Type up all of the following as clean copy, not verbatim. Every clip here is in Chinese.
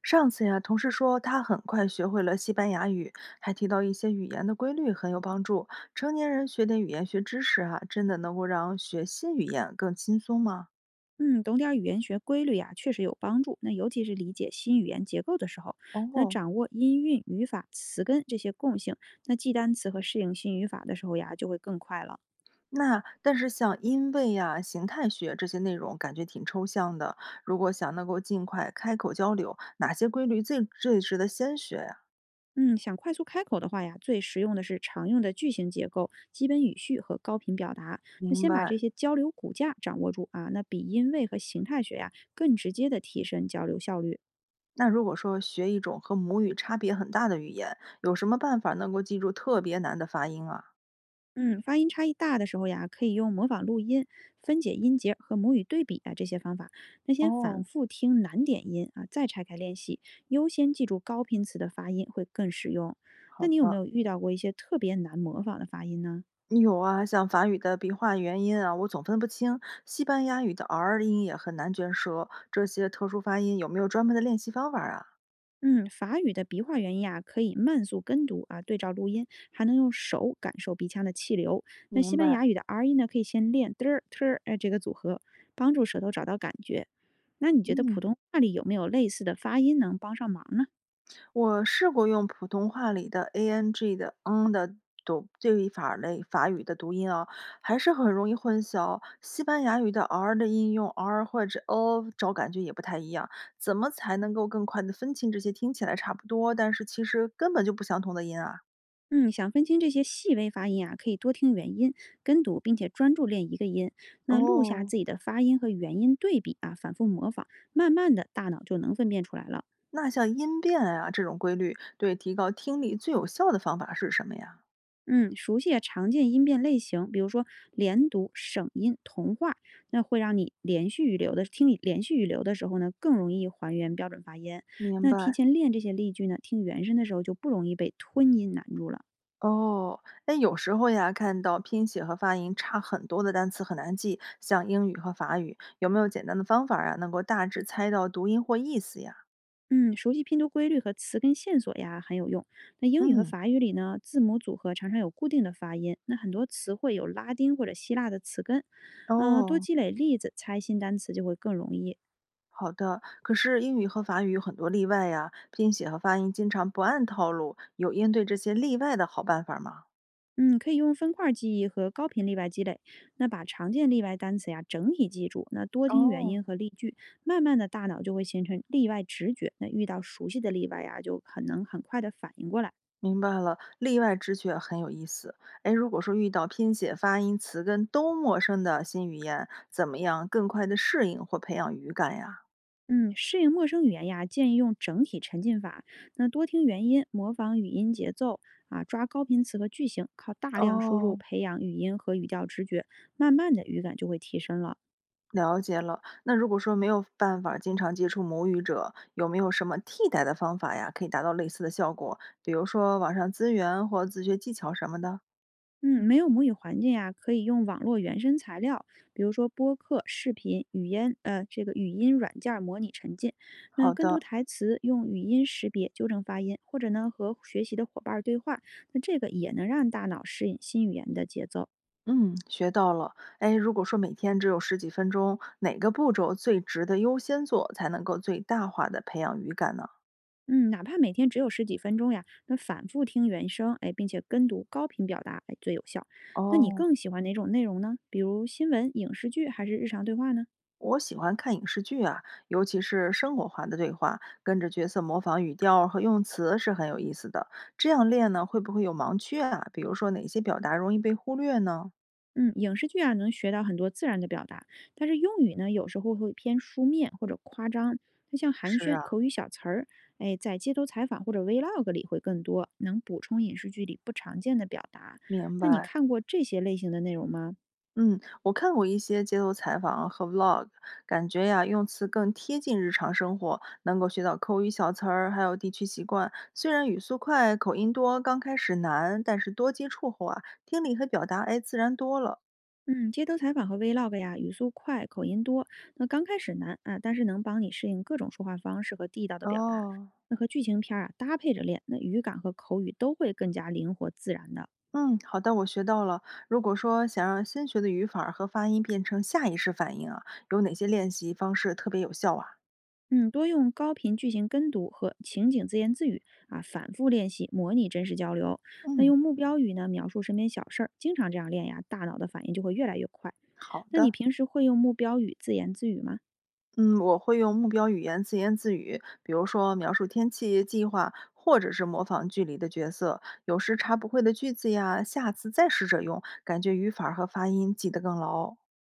上次呀，同事说他很快学会了西班牙语，还提到一些语言的规律很有帮助。成年人学点语言学知识啊，真的能够让学新语言更轻松吗？嗯，懂点儿语言学规律呀、确实有帮助。那尤其是理解新语言结构的时候，那哦，掌握音韵、语法、词根这些共性，那记单词和适应新语法的时候呀，就会更快了。那但是像音位呀、形态学这些内容，感觉挺抽象的。如果想能够尽快开口交流，哪些规律最值得先学呀、嗯，想快速开口的话呀，最实用的是常用的句型结构、基本语序和高频表达。那明先把白。这些交流骨架掌握住啊，那比音位和形态学呀，更直接的提升交流效率。那如果说学一种和母语差别很大的语言，有什么办法能够记住特别难的发音啊？嗯，发音差异大的时候呀，可以用模仿录音、分解音节和母语对比啊这些方法。那先反哦，复听难点音啊，再拆开练习，优先记住高频词的发音会更实用。那好你有没的。有遇到过一些特别难模仿的发音呢？有啊，像法语的笔画元音啊，我总分不清；西班牙语的 R 音也很难卷舌。这些特殊发音有没有专门的练习方法啊？嗯，法语的鼻化元音啊，可以慢速跟读啊，对照录音，还能用手感受鼻腔的气流。那明西班白，牙语的 R 音呢，可以先练 t r t r 哎这个组合，帮助舌头找到感觉。那你觉得嗯，普通话里有没有类似的发音能帮上忙呢？我试过用普通话里的 ang 的 N 的读对比法类法语的读音啊，还是很容易混淆。西班牙语的 R 的音用 R 或者 O 找感觉也不太一样。怎么才能够更快的分清这些听起来差不多，但是其实根本就不相同的音啊？嗯，想分清这些细微发音啊，可以多听元音跟读，并且专注练一个音。那录下哦。自己的发音和元音对比啊，反复模仿，慢慢的大脑就能分辨出来了。那像音变啊这种规律，对提高听力最有效的方法是什么呀？嗯，熟悉常见音变类型，比如说连读、省音、同化，那会让你连续语流的时候呢，更容易还原标准发音。明那提白。前练这些例句呢，听原声的时候就不容易被吞音难住了。哦，哎，有时候呀，看到拼写和发音差很多的单词很难记，像英语和法语，有没有简单的方法呀，能够大致猜到读音或意思呀？嗯，熟悉拼读规律和词根线索呀，很有用。那英语和嗯，法语里呢，字母组合常常有固定的发音，那很多词汇有拉丁或者希腊的词根。嗯、多哦，积累例子，猜新单词就会更容易。好的。可是英语和法语有很多例外呀，拼写和发音经常不按套路，有应对这些例外的好办法吗？嗯，可以用分块儿记忆和高频例外积累，那把常见例外单词呀整体记住，那多听原哦，因和例句，慢慢的大脑就会形成例外直觉，那遇到熟悉的例外呀，就很快的反应过来。明白了，例外之确很有意思。哎，如果说遇到拼写、发音、词根都陌生的新语言，怎么样更快的适应或培养语感呀？嗯，适应陌生语言呀，建议用整体沉浸法，那多听原因，模仿语音节奏啊，抓高频词和句型，靠大量输入哦，培养语音和语调直觉，慢慢的语感就会提升了。了解了。那如果说没有办法经常接触母语者，有没有什么替代的方法呀，可以达到类似的效果？比如说网上资源或自学技巧什么的。嗯，没有母语环境呀，可以用网络原声材料，比如说播客、视频、语音，这个语音软件儿模拟沉浸。那好跟读的，台词，用语音识别纠正发音，或者呢和学习的伙伴儿对话，那这个也能让大脑适应新语言的节奏。嗯，学到了。哎，如果说每天只有十几分钟，哪个步骤最值得优先做，才能够最大化的培养语感呢？嗯，哪怕每天只有十几分钟呀，那反复听原声，哎，并且跟读高频表达，哎，最有效。那你哦，更喜欢哪种内容呢？比如新闻、影视剧，还是日常对话呢？我喜欢看影视剧啊，尤其是生活化的对话，跟着角色模仿语调和用词是很有意思的。这样练呢，会不会有盲区啊？比如说哪些表达容易被忽略呢？嗯，影视剧啊能学到很多自然的表达，但是用语呢有时候会偏书面或者夸张。它像寒是暄、啊，口语小词儿，哎，在街头采访或者 vlog 里会更多，能补充影视剧里不常见的表达。明那你白。看过这些类型的内容吗？嗯，我看过一些街头采访和 vlog，感觉呀，用词更贴近日常生活，能够学到口语小词儿，还有地区习惯。虽然语速快、口音多，刚开始难，但是多接触后啊，听力和表达哎，自然多了。嗯，街头采访和 vlog 呀，语速快，口音多，那刚开始难啊，但是能帮你适应各种说话方式和地道的表达。哦，那和剧情片儿啊搭配着练，那语感和口语都会更加灵活自然的。嗯，好的，我学到了。如果说想让新学的语法儿和发音变成下意识反应啊，有哪些练习方式特别有效啊？嗯，多用高频句型跟读和情景自言自语啊，反复练习，模拟真实交流。那嗯，用目标语呢，描述身边小事儿，经常这样练呀，大脑的反应就会越来越快。好那你的。平时会用目标语自言自语吗？嗯，我会用目标语言自言自语，比如说描述天气、计划，或者是模仿剧里的角色。有时查不会的句子呀，下次再试着用，感觉语法儿和发音记得更牢。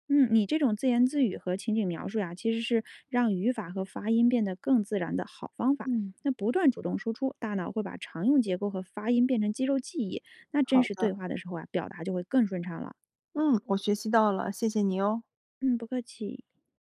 嗯，你这种自言自语和情景描述呀，其实是让语法和发音变得更自然的好方法。嗯，那不断主动输出，大脑会把常用结构和发音变成肌肉记忆。那好真实对的。话的时候啊，表达就会更顺畅了。嗯，我学习到了，谢谢你哦。嗯，不客气。